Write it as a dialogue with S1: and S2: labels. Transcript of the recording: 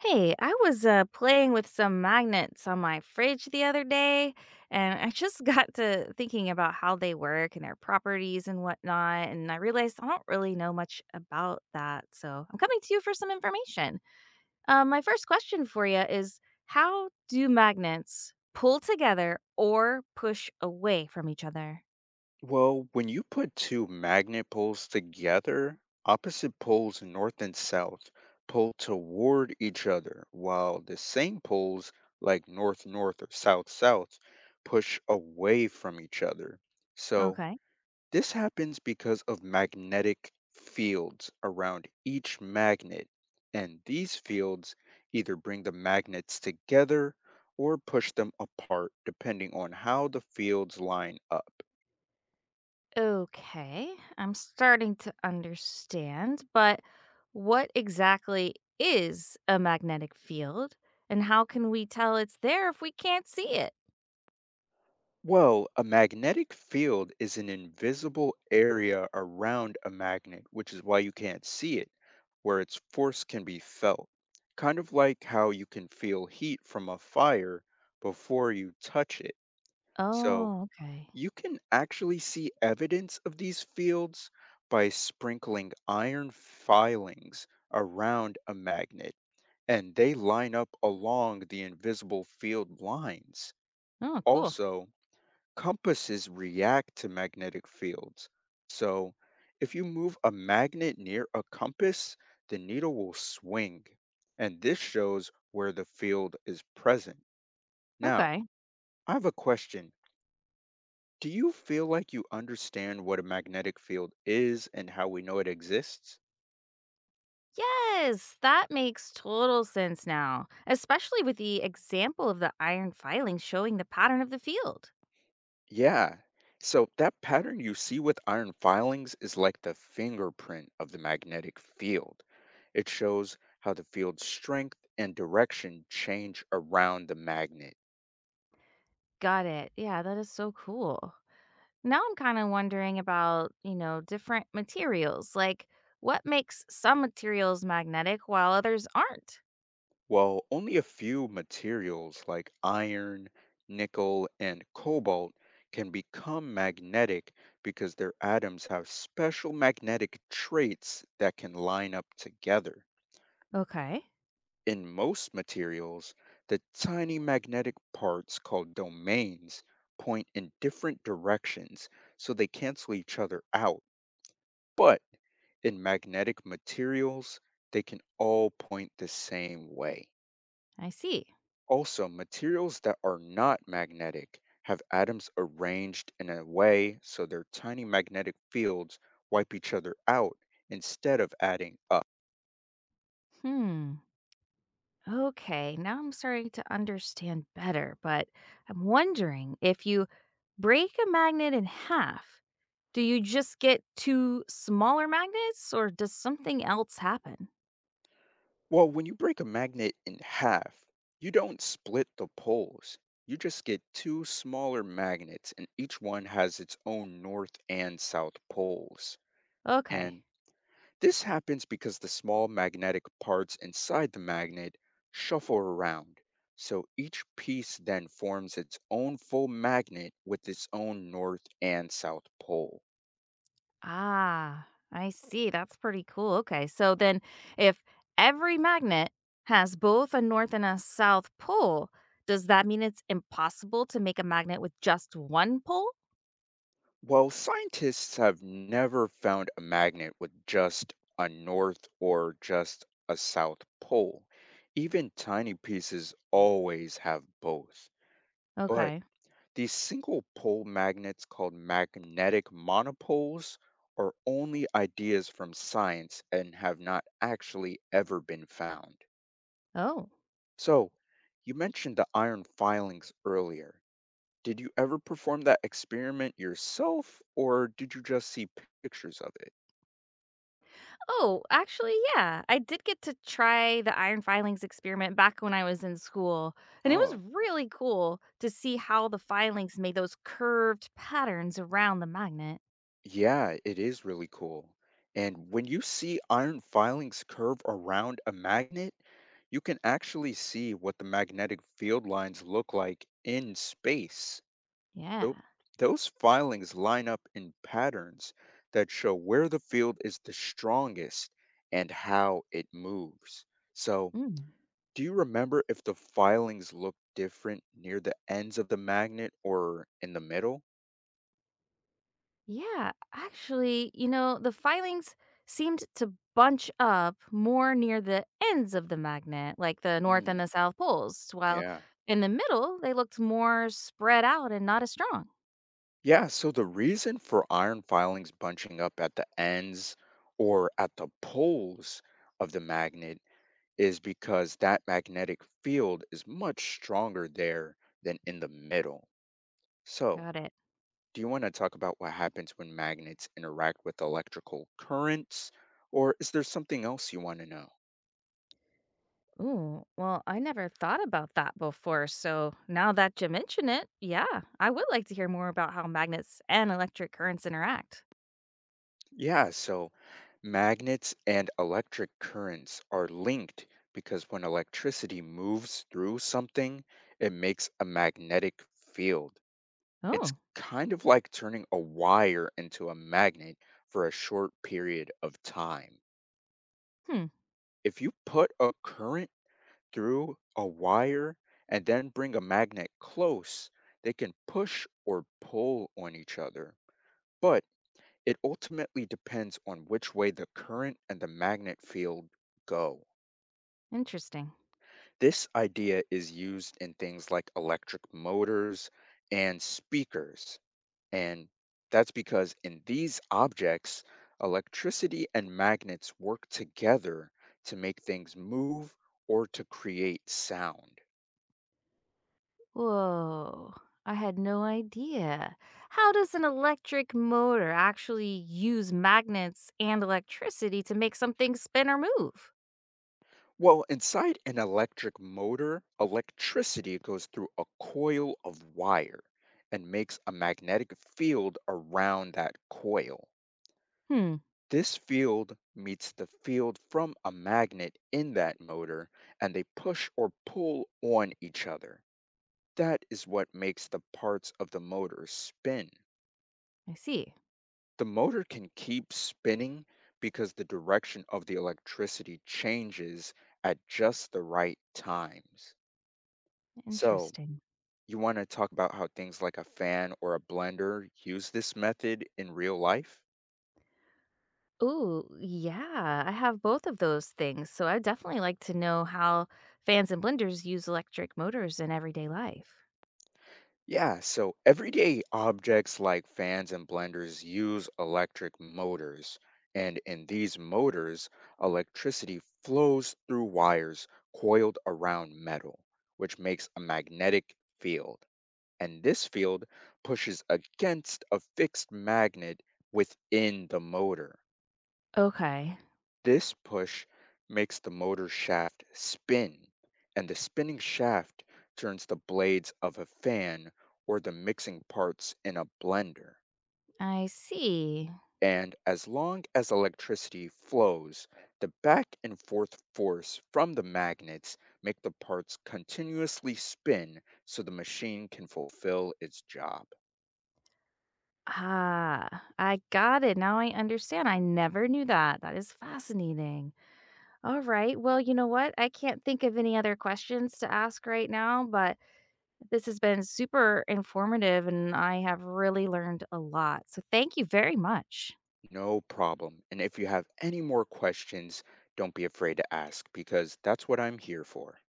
S1: Hey, I was playing with some magnets on my fridge the other day, and I just got to thinking about how they work and their properties and whatnot. And I realized I don't really know much about that. So I'm coming to you for some information. My first question for you is, how do magnets pull together or push away from each other?
S2: Well, when you put two magnet poles together, opposite poles, north and south, pull toward each other, while the same poles, like north or south, push away from each other. So,
S1: Okay.
S2: this happens because of magnetic fields around each magnet, and these fields either bring the magnets together or push them apart, depending on how the fields line up.
S1: Okay, I'm starting to understand, but what exactly is a magnetic field and how can we tell it's there if we can't see it?
S2: Well, a magnetic field is an invisible area around a magnet, which is why you can't see it, where its force can be felt. Kind of like how you can feel heat from a fire before you touch it. So,
S1: Oh, okay.
S2: you can actually see evidence of these fields by sprinkling iron filings around a magnet, and they line up along the invisible field lines.
S1: Oh, cool.
S2: Also, compasses react to magnetic fields. So, if you move a magnet near a compass, the needle will swing. And this shows where the field is present. Now,
S1: Okay.
S2: I have a question. Do you feel like you understand what a magnetic field is and how we know it exists?
S1: Yes, that makes total sense now, especially with the example of the iron filings showing the pattern of the field.
S2: Yeah. So that pattern you see with iron filings is like the fingerprint of the magnetic field. It shows how the field's strength and direction change around the magnet.
S1: Got it. Yeah, that is so cool. Now I'm kind of wondering about, different materials. Like, what makes some materials magnetic while others aren't?
S2: While only a few materials like iron, nickel, and cobalt can become magnetic because their atoms have special magnetic traits that can line up together.
S1: Okay.
S2: In most materials, the tiny magnetic parts called domains point in different directions, so they cancel each other out. But in magnetic materials, they can all point the same way.
S1: I see.
S2: Also, materials that are not magnetic have atoms arranged in a way so their tiny magnetic fields wipe each other out instead of adding up.
S1: Hmm. Okay. Now I'm starting to understand better, but I'm wondering, if you break a magnet in half, do you just get two smaller magnets or does something else happen?
S2: Well, when you break a magnet in half, you don't split the poles. You just get two smaller magnets, and each one has its own north and south poles.
S1: Okay.
S2: And this happens because the small magnetic parts inside the magnet shuffle around. So each piece then forms its own full magnet with its own north and south pole.
S1: Ah, I see. That's pretty cool. Okay. So then, if every magnet has both a north and a south pole, does that mean it's impossible to make a magnet with just one pole?
S2: Well, scientists have never found a magnet with just a north or just a south pole. Even tiny pieces always have both. But
S1: Okay.
S2: these single pole magnets called magnetic monopoles are only ideas from science and have not actually ever been found.
S1: Oh.
S2: So, you mentioned the iron filings earlier. Did you ever perform that experiment yourself, or did you just see pictures of it?
S1: Oh, actually, yeah. I did get to try the iron filings experiment back when I was in school, and it was
S2: Oh,
S1: really cool to see how the filings made those curved patterns around the magnet.
S2: yeah, it is really cool. And when you see iron filings curve around a magnet, you can actually see what the magnetic field lines look like in space.
S1: Yeah.
S2: Tho- Those filings line up in patterns that show where the field is the strongest and how it moves. So,
S1: Mm.
S2: do you remember if the filings look different near the ends of the magnet or in the middle?
S1: Yeah, actually, the filings seemed to bunch up more near the ends of the magnet, like the north and
S2: Mm,
S1: the south poles, while
S2: yeah.
S1: in the middle, they looked more spread out and not as strong.
S2: Yeah, so the reason for iron filings bunching up at the ends or at the poles of the magnet is because that magnetic field is much stronger there than in the middle. So,
S1: Got it.
S2: do you want to talk about what happens when magnets interact with electrical currents, or is there something else you want to know?
S1: Ooh, well, I never thought about that before. So now that you mention it, yeah, I would like to hear more about how magnets and electric currents interact.
S2: Yeah, so magnets and electric currents are linked because when electricity moves through something, it makes a magnetic field. It's
S1: Oh,
S2: kind of like turning a wire into a magnet for a short period of time.
S1: hmm,
S2: If you put a current through a wire and then bring a magnet close, they can push or pull on each other. But it ultimately depends on which way the current and the magnet field go.
S1: interesting.
S2: This idea is used in things like electric motors and speakers. And that's because in these objects, electricity and magnets work together to make things move or to create sound.
S1: Whoa, I had no idea. How does an electric motor actually use magnets and electricity to make something spin or move?
S2: Well, inside an electric motor, electricity goes through a coil of wire and makes a magnetic field around that coil.
S1: Hmm,
S2: This field meets the field from a magnet in that motor, and they push or pull on each other. That is what makes the parts of the motor spin.
S1: I see.
S2: The motor can keep spinning because the direction of the electricity changes at just the right times. So,
S1: Interesting.
S2: you want to talk about how things like a fan or a blender use this method in real life?
S1: Ooh, yeah, I have both of those things. So I definitely like to know how fans and blenders use electric motors in everyday life.
S2: Yeah, so everyday objects like fans and blenders use electric motors. And in these motors, electricity flows through wires coiled around metal, which makes a magnetic field. And this field pushes against a fixed magnet within the motor.
S1: Okay,
S2: This push makes the motor shaft spin, and the spinning shaft turns the blades of a fan or the mixing parts in a blender.
S1: I see.
S2: And as long as electricity flows, the back and forth force from the magnets make the parts continuously spin so the machine can fulfill its job.
S1: Ah, I got it. Now I understand. I never knew that. That is fascinating. All right. Well, you know what? I can't think of any other questions to ask right now, but this has been super informative and I have really learned a lot. So thank you very much.
S2: No problem. And if you have any more questions, don't be afraid to ask because that's what I'm here for.